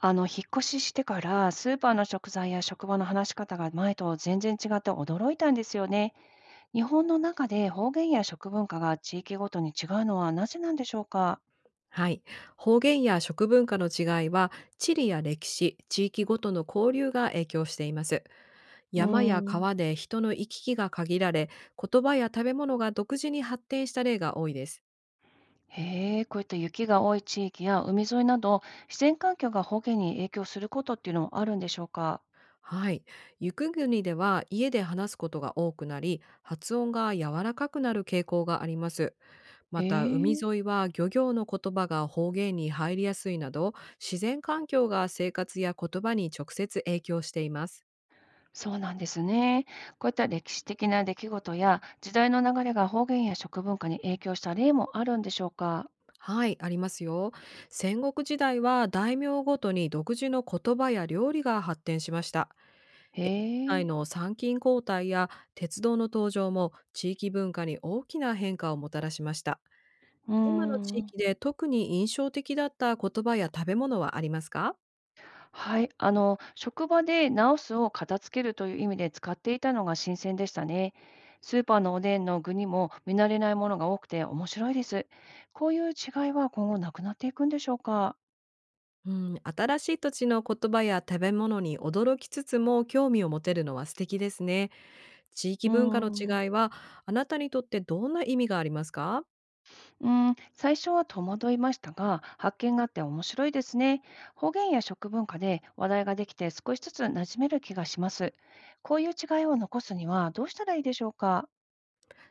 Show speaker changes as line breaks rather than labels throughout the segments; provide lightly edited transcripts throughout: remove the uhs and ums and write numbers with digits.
引っ越ししてから、スーパーの食材や職場の話し方が前と全然違って驚いたんですよね。日本の中で方言や食文化が地域ごとに違うのはなぜなんでしょうか？
はい。方言や食文化の違いは、地理や歴史、地域ごとの交流が影響しています。
うー
山や
ん。
川で人の行き来が限られ、言葉や食べ物が独自に発展した例が多いです。
へえ、こういった雪が多い地域や海沿いなど、自然環境が方言に影響することっていうのもあるんでしょうか？
はい。雪国では家で話すことが多くなり、発音が柔らかくなる傾向があります。
へ
また、海
え、
沿いは漁業の言葉が方言に入りやすいなど、自然環境が生活や言葉に直接影響しています。
そうなんですね。こういった歴史的な出来事や時代の流れが方言や食文化に影響した例もあるんでしょうか？
はい、ありますよ。戦国時代は大名ごとに独自の言葉や料理が発展しました。
へ
内
え、
の参勤交代や鉄道の登場も地域文化に大きな変化をもたらしました。
うー
今の地
ん。
域で特に印象的だった言葉や食べ物はありますか？
はい、職場で直すを片付けるという意味で使っていたのが新鮮でしたね。スーパーのおでんの具にも見慣れないものが多くて面白いです。こういう違いは今後なくなっていくんでしょうか。
うん、新しい土地の言葉や食べ物に驚きつつも興味を持てるのは素敵ですね。地
う
域
ー
文化の
ん、
違いは、あなたにとってどんな意味がありますか？
最初は戸惑いましたが、発見があって面白いですね。方言や食文化で話題ができて少しずつ馴染める気がします。こういう違いを残すにはどうしたらいいでしょうか。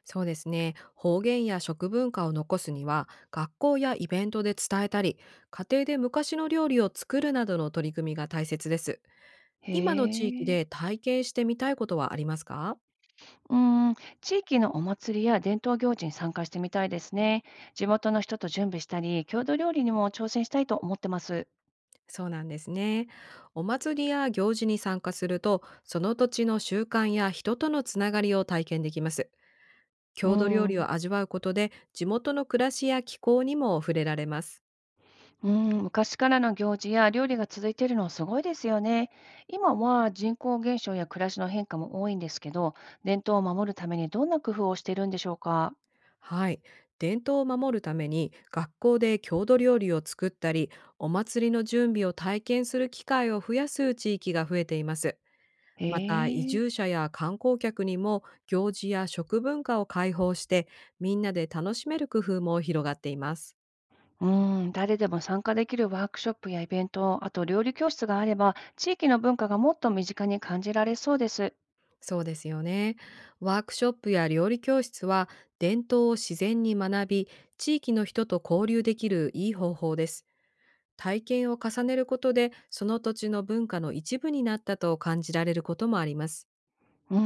そうですね。方言や食文化を残すには、学校やイベントで伝えたり、家庭で昔の料理を作るなどの取り組みが大切です。
へ
今の地域で
え。
体験してみたいことはありますか？
うーん、地域のお祭りや伝統行事に参加してみたいですね。地元の人と準備したり、郷土料理にも挑戦したいと思ってます。
そうなんですね。お祭りや行事に参加すると、その土地の習慣や人とのつながりを体験できます。
う
郷土料
ー
理
ん、
を味わうことで、地元の暮らしや気候にも触れられます。
昔からの行事や料理が続いているのはすごいですよね。今は人口減少や暮らしの変化も多いんですけど、伝統を守るためにどんな工夫をしているんでしょうか。
はい。伝統を守るために学校で郷土料理を作ったり、お祭りの準備を体験する機会を増やす地域が増えています。
へ
また、移
え。
住者や観光客にも行事や食文化を開放して、みんなで楽しめる工夫も広がっています。
誰でも参加できるワークショップやイベント、あと料理教室があれば、地域の文化がもっと身近に感じられそうです。
そうですよね。ワークショップや料理教室は、伝統を自然に学び、地域の人と交流できるいい方法です。体験を重ねることで、その土地の文化の一部になったと感じられることもあります。
うー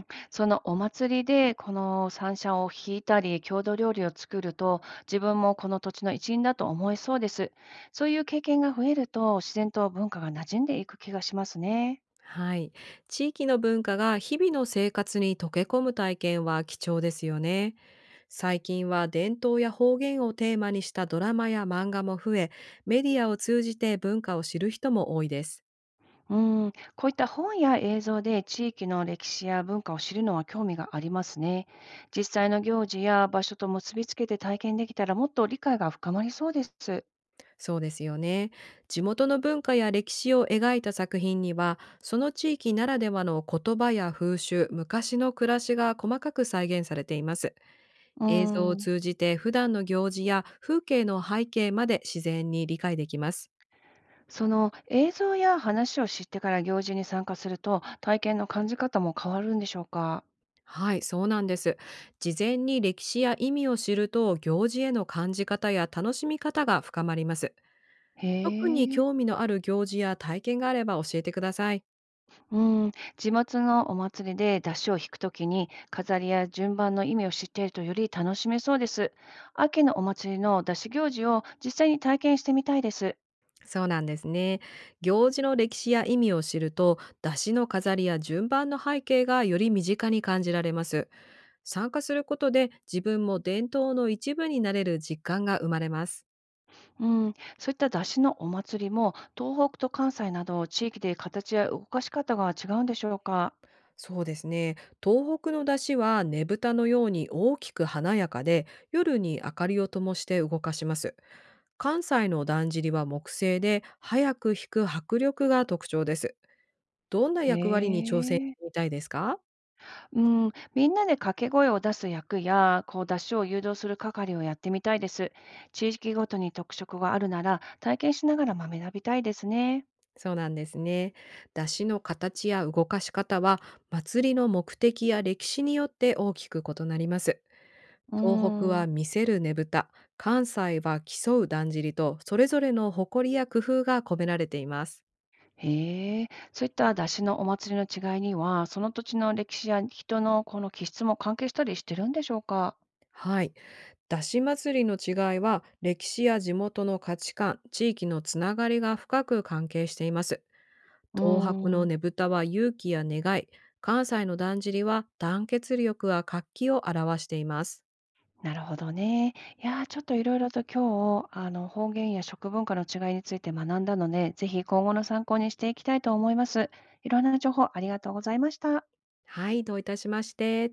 そのお祭りでこの三車を引いたり、郷土料理を作ると、自分もこの土地の一員だと思えそうです。そういう経験が増えると、自然と文化が馴染んでいく気がしますね。
はい。地域の文化が日々の生活に溶け込む体験は貴重ですよね。最近は伝統や方言をテーマにしたドラマや漫画も増え、メディアを通じて文化を知る人も多いです。
こういった本や映像で地域の歴史や文化を知るのは興味がありますね。実際の行事や場所と結びつけて体験できたらもっと理解が深まりそうです。
そうですよね。地元の文化や歴史を描いた作品には、その地域ならではの言葉や風習、昔の暮らしが細かく再現されています。
うー
映像を
ん。
通じて普段の行事や風景の背景まで自然に理解できます。
その映像や話を知ってから行事に参加すると体験の感じ方も変わるんでしょうか？
はい、そうなんです。事前に歴史や意味を知ると、行事への感じ方や楽しみ方が深まります。
へ
特に
え。
興味のある行事や体験があれば教えてください。
うん。地元のお祭りで出汁を引くときに飾りや順番の意味を知っているとより楽しめそうです。秋のお祭りの出汁行事を実際に体験してみたいです。
そうなんですね。行事の歴史や意味を知ると、出汁の飾りや順番の背景がより身近に感じられます。参加することで、自分も伝統の一部になれる実感が生まれます。
うん。そういった出汁のお祭りも東北と関西など地域で形や動かし方が違うんでしょうか？
そうですね。東北の出汁はねぶたのように大きく華やかで、夜に明かりを灯して動かします。関西のだんじりは木製で、早く引く迫力が特徴です。どんな
へ
役割に挑戦し
え。
てみたいですか？
うん、みんなで掛け声を出す役や、こう出しを誘導する係をやってみたいです。地域ごとに特色があるなら、体験しながらまあ学びたいですね。
そうなんですね。出汁の形や動かし方は、祭りの目的や歴史によって大きく異なります。
う
東北は
ん。
見せるねぶた、関西は競うだんじりと、それぞれの誇りや工夫が込められています。
へえ、そういった出しのお祭りの違いには、その土地の歴史や人のこの気質も関係したりしてるんでしょうか。
はい。だし祭りの違いは、歴史や地元の価値観、地域のつながりが深く関係しています。
うー
東博の
ん。
ねぶたは勇気や願い、関西のだんじりは団結力や活気を表しています。
なるほどね。いやー、ちょっといろいろと今日、方言や食文化の違いについて学んだので、ぜひ今後の参考にしていきたいと思います。いろんな情報ありがとうございました。
はい、どういたしまして。